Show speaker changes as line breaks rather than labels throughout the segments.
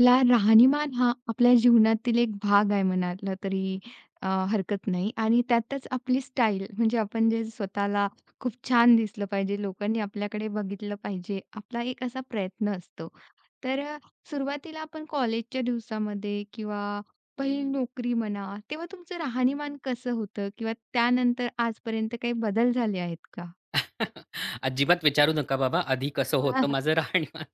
ला राहणीमान हा आपल्या जीवनातील एक भाग आहे म्हणायला तरी हरकत नाही आणि त्यातच आपली स्टाईल म्हणजे आपण जे स्वतःला खूप छान दिसलं पाहिजे, लोकांनी आपल्याकडे बघितलं पाहिजे, आपला एक असा प्रयत्न असतो. तर सुरुवातीला आपण कॉलेजच्या दिवसामध्ये किंवा पहिली नोकरी म्हणा, तेव्हा तुमचं राहणीमान कसं होतं? किंवा त्यानंतर आजपर्यंत काही बदल झाले आहेत का?
अजिबात विचारू नका बाबा, आधी कसं होतं माझं राहणीमान.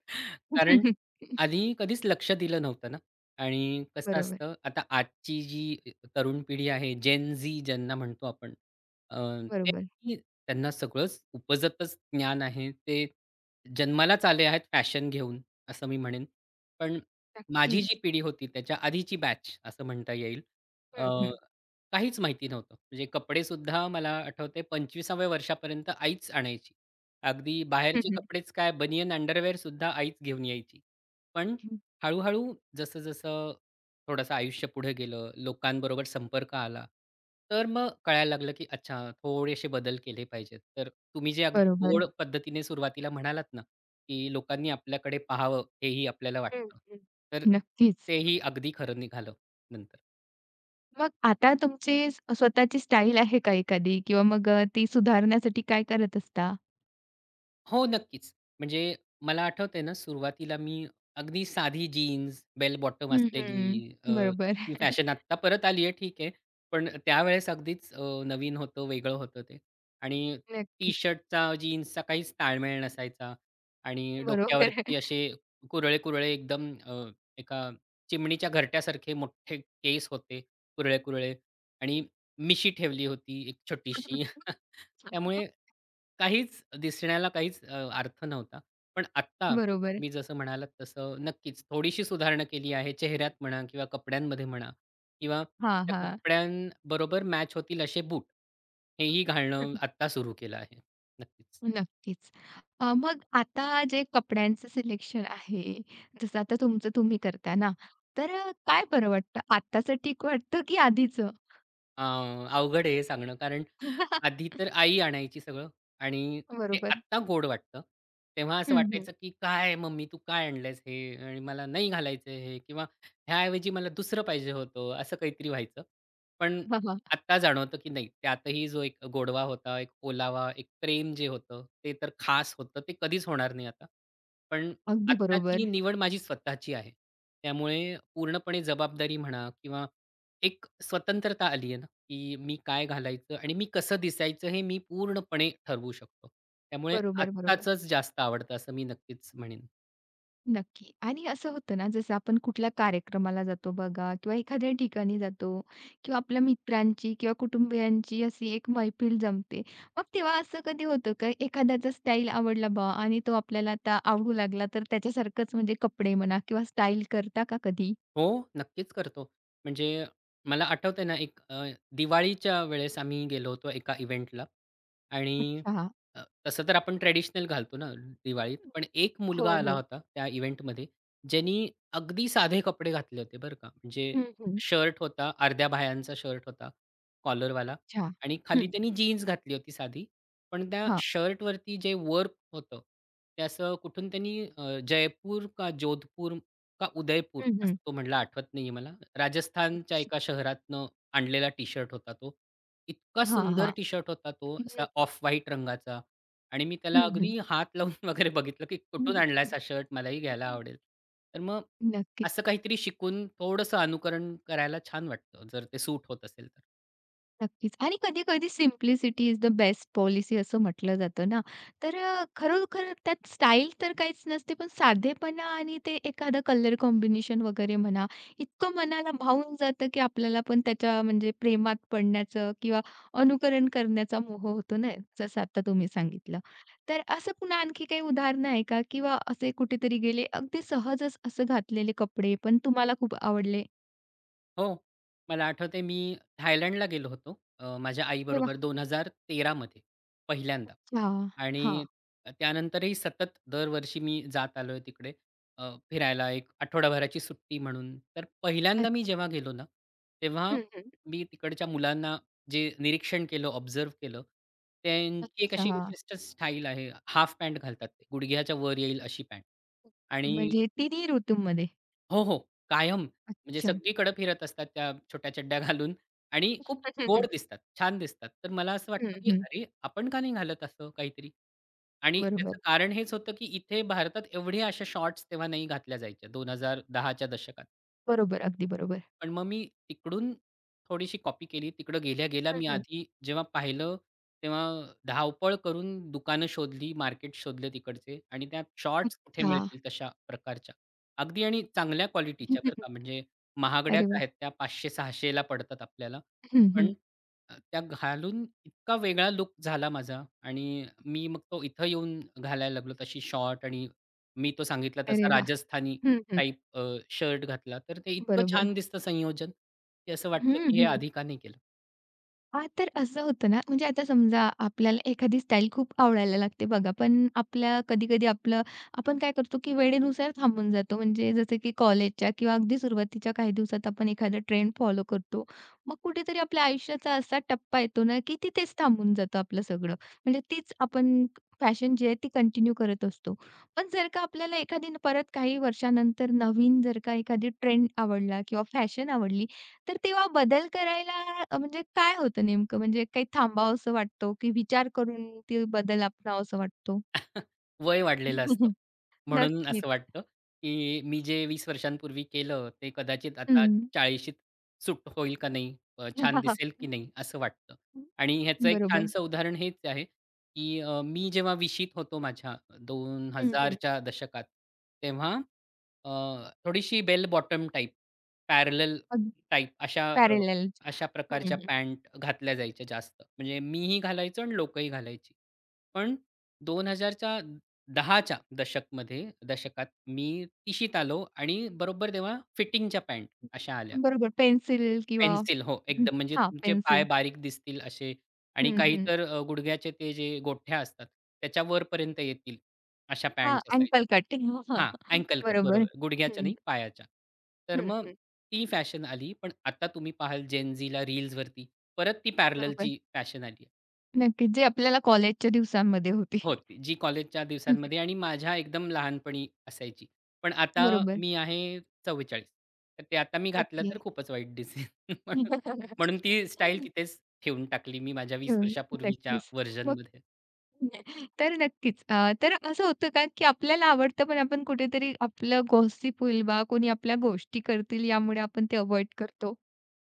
कारण आधी कधीच लक्ष दिलं नव्हतं ना आणि कसं
बरोबर,
असतं, आता आजची जी तरुण पिढी आहे, जेन झी ज्यांना म्हणतो आपण, अ,
बरोबर.
ते त्यांना सगळंच उपजतच ज्ञान आहे. ते जन्मालाच आले आहेत फॅशन घेऊन, असं मी म्हणेन. पण माझी जी
नक्कीच.
पिढी होती त्याच्या आधीची बॅच असं म्हणता येईल.
हं, हं.
काहीच माहिती नव्हतं. म्हणजे कपडेसुद्धा मला आठवतंय 25व्या वर्षापर्यंत आईच आणायची. अगदी बाहेरचे कपडेच काय बनियन अंडरवेअरसुद्धा आईच घेऊन यायची. पण हळू-हळू जसं-जसं थोडंसं आयुष्य पुढे गेलं, लोकांबरोबर संपर्क आला, तर मग कळायला लागलं की अच्छा थोडेसे बदल केले पाहिजेत. तर तुम्ही जे अगदी
बरोबर.
गोड पद्धतीने सुरुवातीला म्हणालात ना, की लोकांनी आपल्याकडे पाहावं हेही आपल्याला
हं,
वाटतं.
हं.
तर
नक्कीच.
तेही अगदी खरं निघालं नंतर.
मग आता तुमची स्वतःची स्टाईल आहे का एखादी? किंवा मग ती सुधारण्यासाठी काय करत असता?
हो, नक्कीच. म्हणजे मला आठवतंय ना, सुरुवातीला मी अगदी साधी जीन्स, बेल बॉटम
हं,
असलेली
हं. बरोबर.
ही फॅशन आत्ता परत आली आहे, ठीक आहे. पण त्यावेळेस अगदीच नवीन होतं, वेगळं होतं ते. आणि
नक्कीच.
टी-शर्टचा, जीन्सचा काहीच ताळमेळ नसायचा आणि
बरोबर.
डोक्यावरती असे कुरळे-कुरळे एकदम एका चिमणीच्या घरट्यासारखे मोठे केस होते, कुरळे-कुरळे आणि मिशी ठेवली होती एक छोटीशी. त्यामुळे काहीच दिसण्याला काहीच अर्थ नव्हता. पण आत्ता
बरोबर.
मी जसं म्हणालात तसं नक्कीच थोडीशी सुधारणा केली आहे. चेहऱ्यात म्हणा किंवा कपड्यांमध्ये म्हणा किंवा
हां,
त्या
हां.
कपड्यांबरोबर मॅच होतील असे बूट हेही घालणं आत्ता सुरू केलं आहे. नक्कीच.
नक्कीच. मग आता जे कपड्यांचं सिलेक्शन आहे, जसं आता तुमचं तुम्ही करता ना, तर काय बरं वाटतं? आत्ताचं ठीक वाटतं की आधीचं?
अ, अवघड आहे हे सांगणं कारण आधी तर आई आणायची सगळं आणि ते
बरोबर.
आत्ता गोड वाटतं. तेव्हा असं
हं. हं.
वाटायचं, की "काय मम्मी तू काय आणलंयस हे? आणि मला नाही घालायचं हे" किंवा "ह्याऐवजी मला दुसरं पाहिजे होतं." असं काहीतरी व्हायचं. पण
हां, हां.
आत्ता जाणवतं, की नाही त्यातही जो एक गोडवा होता, एक ओलावा, एक प्रेम जे होतं, ते तर खास होतं. ते कधीच होणार नाही आता. पण
अगदी
आत्ताची
बरोबर.
निवड माझी स्वतःची आहे. त्यामुळे पूर्णपणे जबाबदारी म्हणा किंवा एक स्वतंत्रता आली की मी काय घालायचं आणि मी कसं दिसायचं हे मी पूर्णपणे ठरवू शकतो. त्यामुळे
बरोबर, बरोबर.
आत्ताचंच जास्त आवडतं असं मी नक्कीच म्हणेन.
नक्की. आणि असं होतं ना, जसं आपण कुठल्या कार्यक्रमाला जातो बघा किंवा एखाद्या ठिकाणी जातो किंवा आपल्या मित्रांची किंवा कुटुंबियांची अशी एक मैफिल जमते. मग तेव्हा असं कधी होतं का एखाद्याचा स्टाईल आवडला बा आणि तो आपल्याला आता आवडू लागला, तर त्याच्यासारखंच म्हणजे कपडे म्हणा किंवा स्टाईल करता का कधी?
हो, नक्कीच करतो. म्हणजे मला आठवतंय ना, एक दिवाळीच्या वेळेस आम्ही गेलो होतो एका इव्हेंटला आणि
अच्छा.
अ, तसं तर आपण ट्रेडिशनल घालतो ना दिवाळीत. पण एक मुलगा
हो,
आला
हो.
होता त्या इव्हेंटमध्ये, ज्यानी अगदी साधे कपडे घातले होते बरं का. म्हणजे
हं, हं.
शर्ट होता, अर्ध्या बाह्यांचा शर्ट होता, कॉलरवाला
अच्छा.
आणि खाली
हं.
त्यांनी जीन्स घातली होती साधी. पण त्या
हां.
शर्टवरती जे वर्क होतं, ते असं कुठून त्यांनी जयपूर का जोधपूर का उदयपूर
हं,
असं
हं.
तो म्हणाला आठवत नाहीये मला. राजस्थानच्या
अच्छा.
एका शहरातनं आणलेला टी-शर्ट होता तो. इतका
हां,
सुंदर
हां.
टी-शर्ट होता तो असा ऑफ व्हाईट रंगाचा आणि मी त्याला
हं, हं, हं.
अगदी हात लावून वगैरे बघितलं, की कुठून आणलायस हा शर्ट? मलाही घ्यायला आवडेल. तर मग
नक्कीच.
असं काहीतरी शिकून थोडंसं अनुकरण करायला छान वाटतं, जर ते सूट होत असेल तर.
नक्कीच. आणि कधी-कधी simplicity is the best policy असं म्हटलं जातं ना, तर खरोखर त्यात स्टाईल तर काहीच नसते, पण साधेपणा आणि ते एखादं कलर कॉम्बिनेशन वगैरे म्हणा, इतकं मनाला भावून जातं, की आपल्याला पण त्याच्या म्हणजे प्रेमात पडण्याचं किंवा अनुकरण करण्याचा मोह होतो ना, जसं आता तुम्ही सांगितलं. तर असं पुन्हा आणखी काही उदाहरणं आहे का? किंवा असे कुठेतरी गेले, अगदी सहजच असं घातलेले कपडे पण तुम्हाला खूप आवडले?
हो. मला आठवतंय मी थायलंडला गेलो होतो माझ्या
अरे वाह!
आईबरोबर 2013 मध्ये पहिल्यांदा
अच्छा. हां.
आणि त्यानंतरही सतत दरवर्षी मी जात आलोय तिकडे फिरायला एक आठवडाभराची सुट्टी म्हणून. तर
अ
पहिल्यांदा मी जेव्हा गेलो ना, तेव्हा
हं, हं.
मी तिकडच्या मुलांना जे निरीक्षण केलं, ऑब्झर्व्ह केलं, त्यांची एक अशी
अच्छा.
विशिष्ट स्टाईल आहे. हाल्फ पॅन्ट घालतात ते. गुडघ्याच्या वर येईल अशी पॅन्ट
ओके.
आणि
म्हणजे तिन्ही ऋतूंमध्ये?
हो, हो. कायम. म्हणजे
अच्छा.
सगळीकडे फिरत असतात त्या छोट्या चड्ड्या घालून आणि खूप गोड दिसतात, छान दिसतात. तर मला असं वाटलं,
हं.
की
हं.
अरे, आपण का नाही घालत असं काहीतरी? आणि
बरोबर.
त्याचं कारण हेच होतं, की इथे भारतात एवढ्या अशा शॉर्ट्स तेव्हा नाही घातल्या जायच्या 2010च्या दशकात.
बरोबर. अगदी बरोबर.
पण मग मी तिकडून थोडीशी कॉपी केली. तिकडं गेल्या-गेल्या
हं,
मी
हं.
आधी जेव्हा पाहिलं, तेव्हा धावपळ करून दुकानं शोधली, मार्केट शोधले तिकडचे आणि त्यात शॉर्ट्स कुठे
अच्छा.
मिळतील तशा प्रकारच्या. अगदी आणि चांगल्या क्वालिटीच्या बरं का, म्हणजे महागड्याच
अरे
आहेत
वाह!
त्या 500-600 पडतात आपल्याला.
हं, हं.
पण त्या घालून इतका वेगळा लूक झाला माझा आणि मी मग तो इथं येऊन घालायला लागलो तशी शॉर्ट आणि मी तो सांगितला तसा
अरे वाह!
राजस्थानी
हं, हं.
टाइप शर्ट घातला, तर ते इतकं
बरोबर.
छान दिसतं संयोजन, की असं वाटतं
हं,
की हे
हं.
आधी का नाही केलं?
हां, तर असं होतं ना, म्हणजे आता समजा आपल्याला एखादी स्टाईल खूप आवडायला लागते बघा, पण आपल्या कधी-कधी आपलं आपण काय करतो, की वेळेनुसार थांबून जातो. म्हणजे जसं की कॉलेजच्या किंवा अगदी सुरुवातीच्या काही दिवसात आपण एखादा ट्रेंड फॉलो करतो. मग कुठेतरी आपल्या आयुष्याचा असा टप्पा येतो ना, की तिथेच थांबून जातं आपलं सगळं. म्हणजे तीच आपण फॅशन जी आहे ती कंटिन्यू करत असतो. पण जर का आपल्याला एखादी परत काही वर्षानंतर नवीन जर का एखादी ट्रेंड आवडला किंवा फॅशन आवडली तर तेव्हा बदल करायला म्हणजे काय होतं नेमकं? म्हणजे काही थांबावसं वाटतो, की विचार करून ते बदल अपनावासा वाटतो?
वय वाढलेलं असतं. म्हणून
नक्कीच.
असं वाटतं, की मी जे 20 वर्षांपूर्वी केलं ते कदाचित आता
हं.
40शीत सुट होईल का नाही? छान दिसेल की नाही? असं वाटतं. आणि ह्याचं एक
बरोबर.
छानसं उदाहरण हेच आहे, की मी जेव्हा 20शीत होतो माझ्या
हं, हं.
2000च्या दशकात, तेव्हा अ, थोडीशी बेल बॉटम टाइप, पॅरलल
अग
टाइप अशा अ,
पॅरलल.
अशा
हं,
प्रकारच्या
हं.
पॅन्ट घातल्या जायच्या जास्त. म्हणजे मीही घालायचो आणि लोकंही घालायची. पण 2000च्या 10च्या दशकात मी तिशीत आलो आणि बरोबर तेव्हा फिटिंगच्या पॅन्ट अशा आल्या.
बरोबर. पेन्सिल किंवा
पेन्सिल हो,
हं,
एकदम म्हणजे
हां,
तुमचे पाय
पेन्सिल.
बारीक दिसतील असे आणि
हं,
काही
हं.
तर गुडघ्याचे ते जे गोठ्या असतात, त्याच्या वरपर्यंत येतील अशा
हां,
पॅन्ट्स असायच्या.
Ankle cut. हा
हां, अँकल कट
बरोबर.
बरोबर. गुडघ्याच्या
हं,
नाही, पायाच्या. तर
हं,
मग
हं.
ती फॅशन आली. पण आता तुम्ही पाहाल जेन झीला रील्सवरती परत ती
बरोबर.
पॅरललची फॅशन आली.
नक्कीच. जे आपल्याला कॉलेजच्या दिवसांमध्ये होते.
हो, ती जी कॉलेजच्या दिवसांमध्ये आणि माझ्या एकदम लहानपणी असायची. पण आता
बरोबर.
मी आहे 44. तर ते आता मी घातलं
ओके.
तर खूपच वाईट दिसेल. म्हणून म्हणून ती स्टाईल तिथेच ठेवून टाकली मी माझ्या 20
ठेवून
वर्षापूर्वीच्या
नक्कीच. मग
व्हर्जनमध्ये.
तर नक्कीच. तर असं होतं का, की आपल्याला आवडतं पण आपण कुठेतरी आपलं गॉसिप होईल बा, कोणी आपल्या गोष्टी करतील यामुळे आपण ते अव्हॉइड करतो.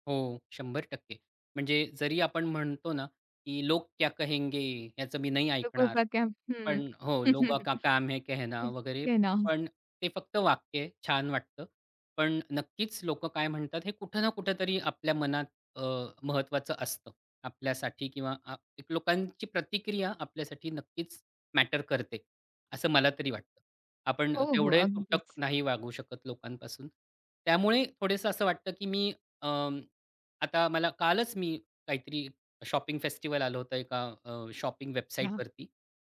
हो, 100%. म्हणजे जरी आपण म्हणतो ना, की "लोग क्या कहेंगे?" याचं मी नाही
लोगों
ऐकणार.
का क्या हं.
पण हो, "लोगों का काम है कहना"
क्या
वगैरे.
क्या नाम
पण ते फक्त वाक्य आहे, छान वाटतं. पण नक्कीच लोकं काय म्हणतात हे कुठं ना कुठेतरी आपल्या मनात अ, महत्त्वाचं असतं आपल्यासाठी किंवा एक लोकांची प्रतिक्रिया आपल्यासाठी नक्कीच मॅटर करते, असं मला तरी वाटतं. आपण
हो, हो.
तेवढे तुटक
अगदीच.
नाही वागू शकत लोकांपासून. त्यामुळे थोडंसं असं वाटतं, की अं, आता मला कालच मी काहीतरी शॉपिंग फेस्टिव्हल आलं होतं एका शॉपिंग
अच्छा.
वेबसाईटवरती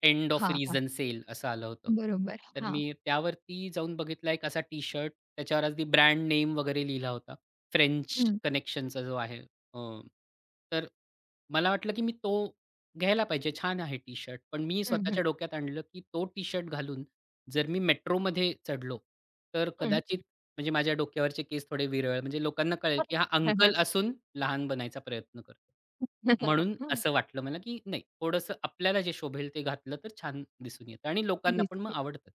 एंड ऑफ
हां, हां.
रिझन सेल असं आलं होतं.
बरोबर.
तर
हां.
मी त्यावरती जाऊन बघितला एक असा टी-शर्ट त्याच्यावर अगदी ब्रँड नेम वगैरे लिहिला होता. फ्रेंच कनेक्शनचा जो आहे. अ, तर मला वाटलं की मी तो घ्यायला पाहिजे. छान आहे टी-शर्ट. पण मी
हं, हं,
स्वतःच्या डोक्यात आणलं की तो टी-शर्ट घालून जर मी मेट्रोमध्ये चढलो, तर
हं.
कदाचित म्हणजे माझ्या डोक्यावरचे केस थोडे विरळ, म्हणजे लोकांना कळेल, की हा अंकल
हं.
असून लहान बनायचा प्रयत्न करतो. म्हणून असं वाटलं मला, की नाही थोडंसं आपल्याला जे शोभेल ते घातलं तर छान दिसून येतं आणि लोकांना पण मग
दिसते.
आवडतं ते.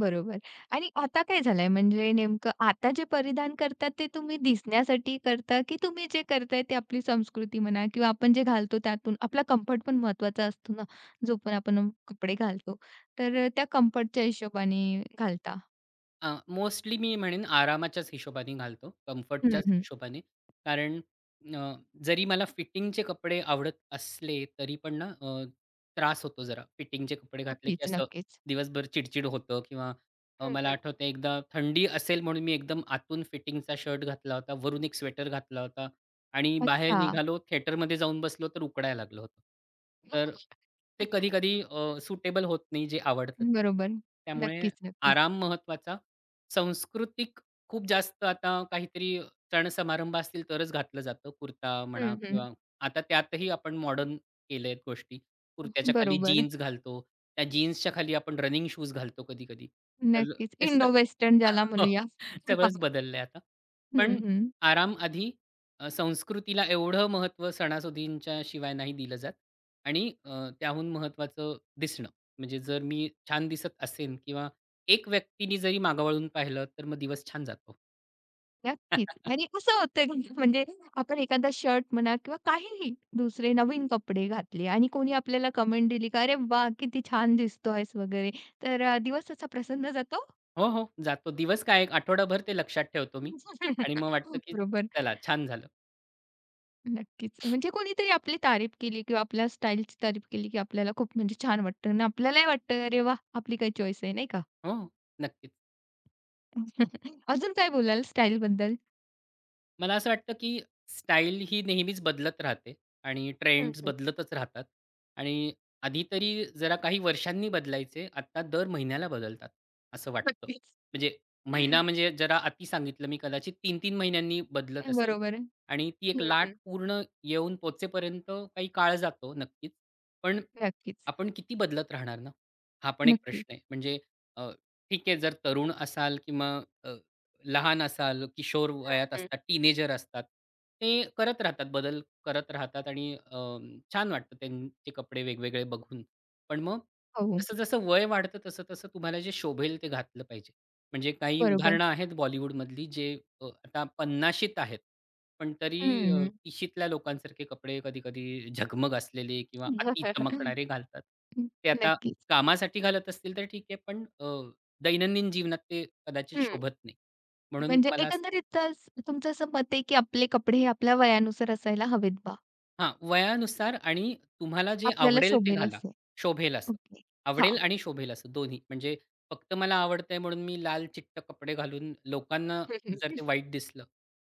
बरोबर. आणि आता काय झालंय म्हणजे नेमकं आता जे परिधान करतात ते तुम्ही दिसण्यासाठी करता, की तुम्ही जे करताय ते आपली संस्कृती म्हणा किंवा आपण जे घालतो त्यातून आपला कम्फर्ट पण महत्त्वाचा असतो ना, जो पण आपण कपडे घालतो. तर त्या कम्फर्टच्या हिशोबाने घालता.
मोस्टली मी म्हणेन आरामाच्याच हिशोबाने घालतो,
हं,
कम्फर्टच्याच
हं.
हिशोबाने. कारण अ, जरी मला फिटिंगचे कपडे आवडत असले, तरी पण त्रास होतो जरा. फिटिंगचे कपडे घातले की
नक्कीच,
असं
नक्कीच.
दिवसभर चिडचिड होतं किंवा
हं,
मला
हं.
आठवतंय एकदा थंडी असेल म्हणून मी एकदम आतून फिटिंगचा शर्ट घातला होता, वरून एक स्वेटर घातला होता आणि बाहेर
अच्छा.
निघालो, थिएटरमध्ये जाऊन बसलो तर उकडायला लागलं होतं. तर ते कधी-कधी सुटेबल होत नाही जे आवडतं ते.
बरोबर.
त्यामुळे
नक्कीच, नक्कीच.
आराम महत्त्वाचा सांस्कृतिक खूप जास्त आता काहीतरी सण समारंभ असतील तरच घातलं जातं. कुर्ता म्हणा
हं, हं.
किंवा आता त्यातही आपण मॉडर्न केल्यात गोष्टी. कुर्त्याच्या खाली
बरोबर.
जीन्स घालतो. त्या जीन्सच्या खाली आपण रनिंग शूज घालतो कधी-कधी. तर
नक्कीच.
ते स
इंडो वेस्टर्न ज्याला म्हणूया.
सगळंच बदललंय आता.
हं,
पण
हं.
आराम आधी संस्कृतीला एवढं महत्त्व सणासुदींच्या शिवाय नाही दिलं जात आणि त्याहून महत्त्वाचं दिसणं. म्हणजे जर मी छान दिसत असेन किंवा एक व्यक्तीनी जरी मागावळून पाहिलं, तर मग दिवस छान जातो.
नक्कीच. आणि असं होतं की म्हणजे आपण एखादा शर्ट म्हणा किंवा काहीही दुसरे नवीन कपडे घातले आणि कोणी आपल्याला कमेंट दिली का "अरे वाह! किती छान दिसतोयस" वगैरे. तर दिवस असा प्रसन्न जातो.
हो, हो. जातो. दिवस काय एक आठवडाभर ते लक्षात ठेवतो मी आणि मग वाटतं, की
बरोबर.
चला छान झालं.
नक्कीच. म्हणजे कोणीतरी आपली तारीफ केली किंवा आपल्या स्टाईलची तारीफ केली, की आपल्याला खूप म्हणजे छान वाटतं आणि आपल्यालाही वाटतं "अरे वाह! आपली काही चॉईस आहे" नाही का?
हो, नक्कीच.
अजून काय बोलाल स्टाईलबद्दल?
मला असं वाटतं, की स्टाईल ही नेहमीच बदलत राहते आणि
हं,
ट्रेंड्स
हं.
बदलतच राहतात आणि आधी तरी जरा काही वर्षांनी बदलायचे, आत्ता दर महिन्याला बदलतात, असं वाटतं.
नक्कीच.
म्हणजे महिना म्हणजे जरा अति सांगितलं मी, कदाचित 3 महिन्यांनी बदलत असेल
बरोबर आहे.
आणि ती एक
हं,
लाट
हं.
पूर्ण येऊन पोहोचेपर्यंत काही काळ जातो नक्कीच. पण
नक्कीच.
आपण किती बदलत राहणार ना? हा पण एक
नक्की.
प्रश्न आहे. म्हणजे अ, ठीक आहे जर तरुण असाल किंवा अ, लहान असाल, किशोर
हं,
वयात
हं.
असतात, टीनेजर असतात. ते करत राहतात, बदल करत राहतात आणि छान वाटतं त्यांचे कपडे वेगवेगळे बघून. पण मग
हो,
जसं-जसं वय वाढतं तसं-तसं तुम्हाला जे शोभेल ते घातलं पाहिजे. म्हणजे काही
बरोबर.
उदाहरणं आहेत बॉलिवूडमधली जे आता 50शीत आहेत. पण तरी
हं.
इशीतल्या लोकांसारखे कपडे कधी-कधी झगमग असलेले किंवा अति चमकणारे घालतात. ते आता
नक्कीच.
कामासाठी घालत असतील तर ठीक आहे, पण दैनंदिन जीवनात ते कदाचित
हं.
शोभत नाही. म्हणून
म्हणजे
मला असं
एकंदरीत असं तुमचं असं मत आहे, की आपले कपडे हे आपल्या वयानुसार असायला हवेत बा.
हां, वयानुसार आणि तुम्हाला जे
आपल्याला
आवडेल ते
शोभेल
घाला.
असे.
शोभेल असं.
ओके.
आवडेल
हां.
आणि शोभेल असं दोन्ही. म्हणजे फक्त मला आवडतंय म्हणून मी लाल चिट्ट कपडे घालून लोकांना जर ते वाईट दिसलं,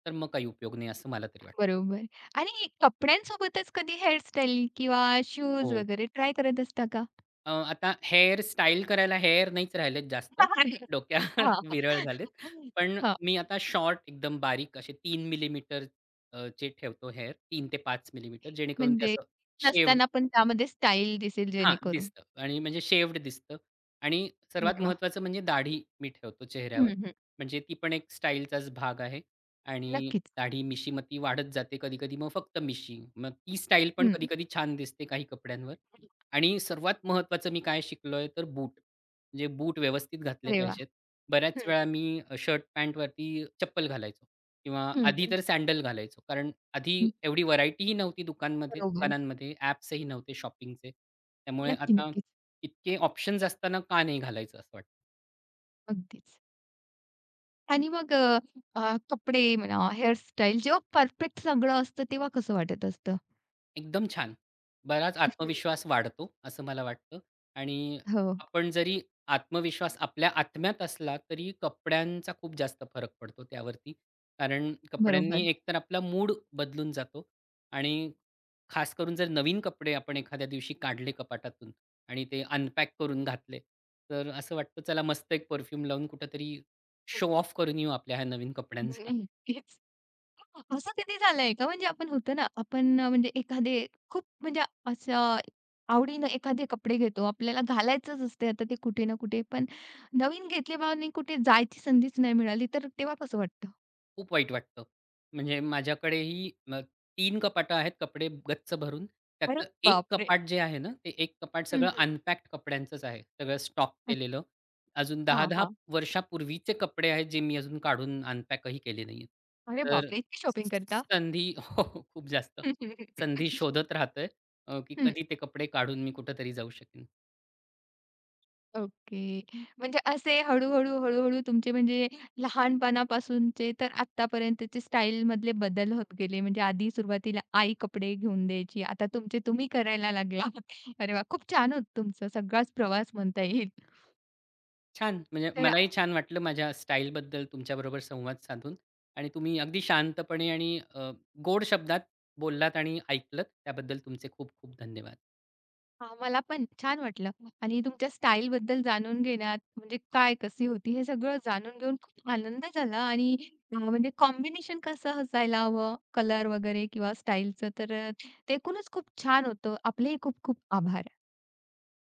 तर मग काही उपयोग नाही असं मला तरी वाटतं.
बरोबर. आणि कपड्यांसोबतच कधी हेअरस्टाईल किंवा शूज
हो.
वगैरे ट्राय करत असता का?
आता हेअर स्टाईल करायला हेअर नाहीच राहिलेत जास्त. डोक्यावर
हां, हां.
विरळ झालेत. पण मी आता शॉर्ट एकदम बारीक असे 3 mm चे ठेवतो हेअर. 3 ते 5 mm जेणेकरून ते
म्हणजे
असं शेवड
नसताना पण त्यामध्ये स्टाईल दिसेल
हां,
जेणेकरून.
दिसतं आणि म्हणजे शेव्हड दिसतं आणि सर्वात
अरे वाह!
महत्त्वाचं म्हणजे दाढी मी ठेवतो
हं,
चेहऱ्यावर.
हं.
म्हणजे ती पण एक स्टाईलचाच भाग आहे आणि
नक्कीच.
दाढी, मिशी मग ती वाढत जाते कधी-कधी मग फक्त मिशी. मग ती स्टाईल पण
हं.
कधी-कधी छान दिसते काही कपड्यांवर आणि सर्वात महत्त्वाचं मी काय शिकलोय तर बूट. म्हणजे बूट व्यवस्थित घातले
अरे वाह!
पाहिजेत. बऱ्याच
हं,
वेळा
हं.
मी शर्ट पॅन्टवरती चप्पल घालायचो. किंवा आधी
हं,
तर सँडल घालायचो. कारण आधी एवढी व्हरायटीही नव्हती दुकानमध्ये
बरोबर.
दुकानांमध्ये ॲप्सही नव्हते शॉपिंगचे. त्यामुळे
नक्की,
आता
नक्कीच.
इतके ऑप्शन्स असताना का नाही घालायचं असं वाटतं.
अगदीच. आणि मग अ, अ, कपडे म्हणा, हेअरस्टाईल जेव्हा परफेक्ट सगळं असतं, तेव्हा कसं वाटत असतं?
एकदम छान. बराच
हम्म.
आत्मविश्वास वाढतो, असं मला वाटतं. आणि
हो,
आपण जरी आत्मविश्वास आपल्या आत्म्यात असला, तरी कपड्यांचा खूप जास्त फरक पडतो त्यावरती. कारण कपड्यांनी
बरोबर.
एकतर आपला मूड बदलून जातो आणि खास करून जर नवीन कपडे आपण एखाद्या दिवशी काढले कपाटातून आणि ते अनपॅक करून घातले, तर असं वाटतं, चला मस्त एक परफ्यूम लावून कुठेतरी शो ऑफ करून येऊ आपल्या ह्या नवीन कपड्यांचा.
हम्म. नक्कीच. असं कधी झालंय का? म्हणजे आपण होतो ना, म्हणजे एखादे खूप म्हणजे असं आवडीनं एखादे कपडे घेतो. आपल्याला घालायचंच असते आता ते कुठे ना कुठे. पण नवीन घेतले आणि कुठे जायची संधीच नाही मिळाली, तर तेव्हा कसं वाटतं?
खूप वाईट वाटतं. म्हणजे माझ्याकडेही 3 कपाटं आहेत कपडे गच्च भरून.
अरे
त्यातलं एक
बापरे!
कपाट जे आहे ना, ते एक कपाट
हं,
सगळं
हं.
अनपॅक्ड कपड्यांचंच आहे. सगळं स्टॉक
अच्छा.
केलेलं. अजून
हां,
10-10
हां.
वर्षापूर्वीचे कपडे आहेत, जे मी अजून काढून अनपॅकही केले नाहीयेत.
अरे
तर
बापरे! इतकी शॉपिंग करता?
संधी हो, हो. खूप जास्त. संधी शोधत राहतोय, की
हं,
कधी ते कपडे काढून मी कुठेतरी जाऊ शकेन.
ओके. म्हणजे असे हळू-हळू, तुमचे म्हणजे लहानपणापासूनचे तर आत्तापर्यंतचे स्टाईलमधले बदल होत गेले. म्हणजे आधी सुरुवातीला आई कपडे घेऊन द्यायची, आता तुमचे तुम्ही करायला लागला. अरे वाह! खूप छान होतं तुमचा सगळाच प्रवास म्हणता येईल.
छान. म्हणजे
तर
मलाही छान वाटलं माझ्या स्टाईलबद्दल तुमच्याबरोबर संवाद साधून आणि तुम्ही अगदी शांतपणे आणि गोड शब्दात बोललात आणि ऐकलत त्याबद्दल तुमचे खूप खूप धन्यवाद.
हां, मला पण छान वाटलं आणि तुमच्या स्टाईलबद्दल जाणून घेण्यात म्हणजे काय कशी होती हे सगळं जाणून घेऊन खूप आनंद झाला आणि म्हणजे कॉम्बिनेशन कसं असायला हवं कलर वगैरे किंवा स्टाईलचं तर ते एकूणच खूप छान होतं. आपलेही खूप खूप आभार.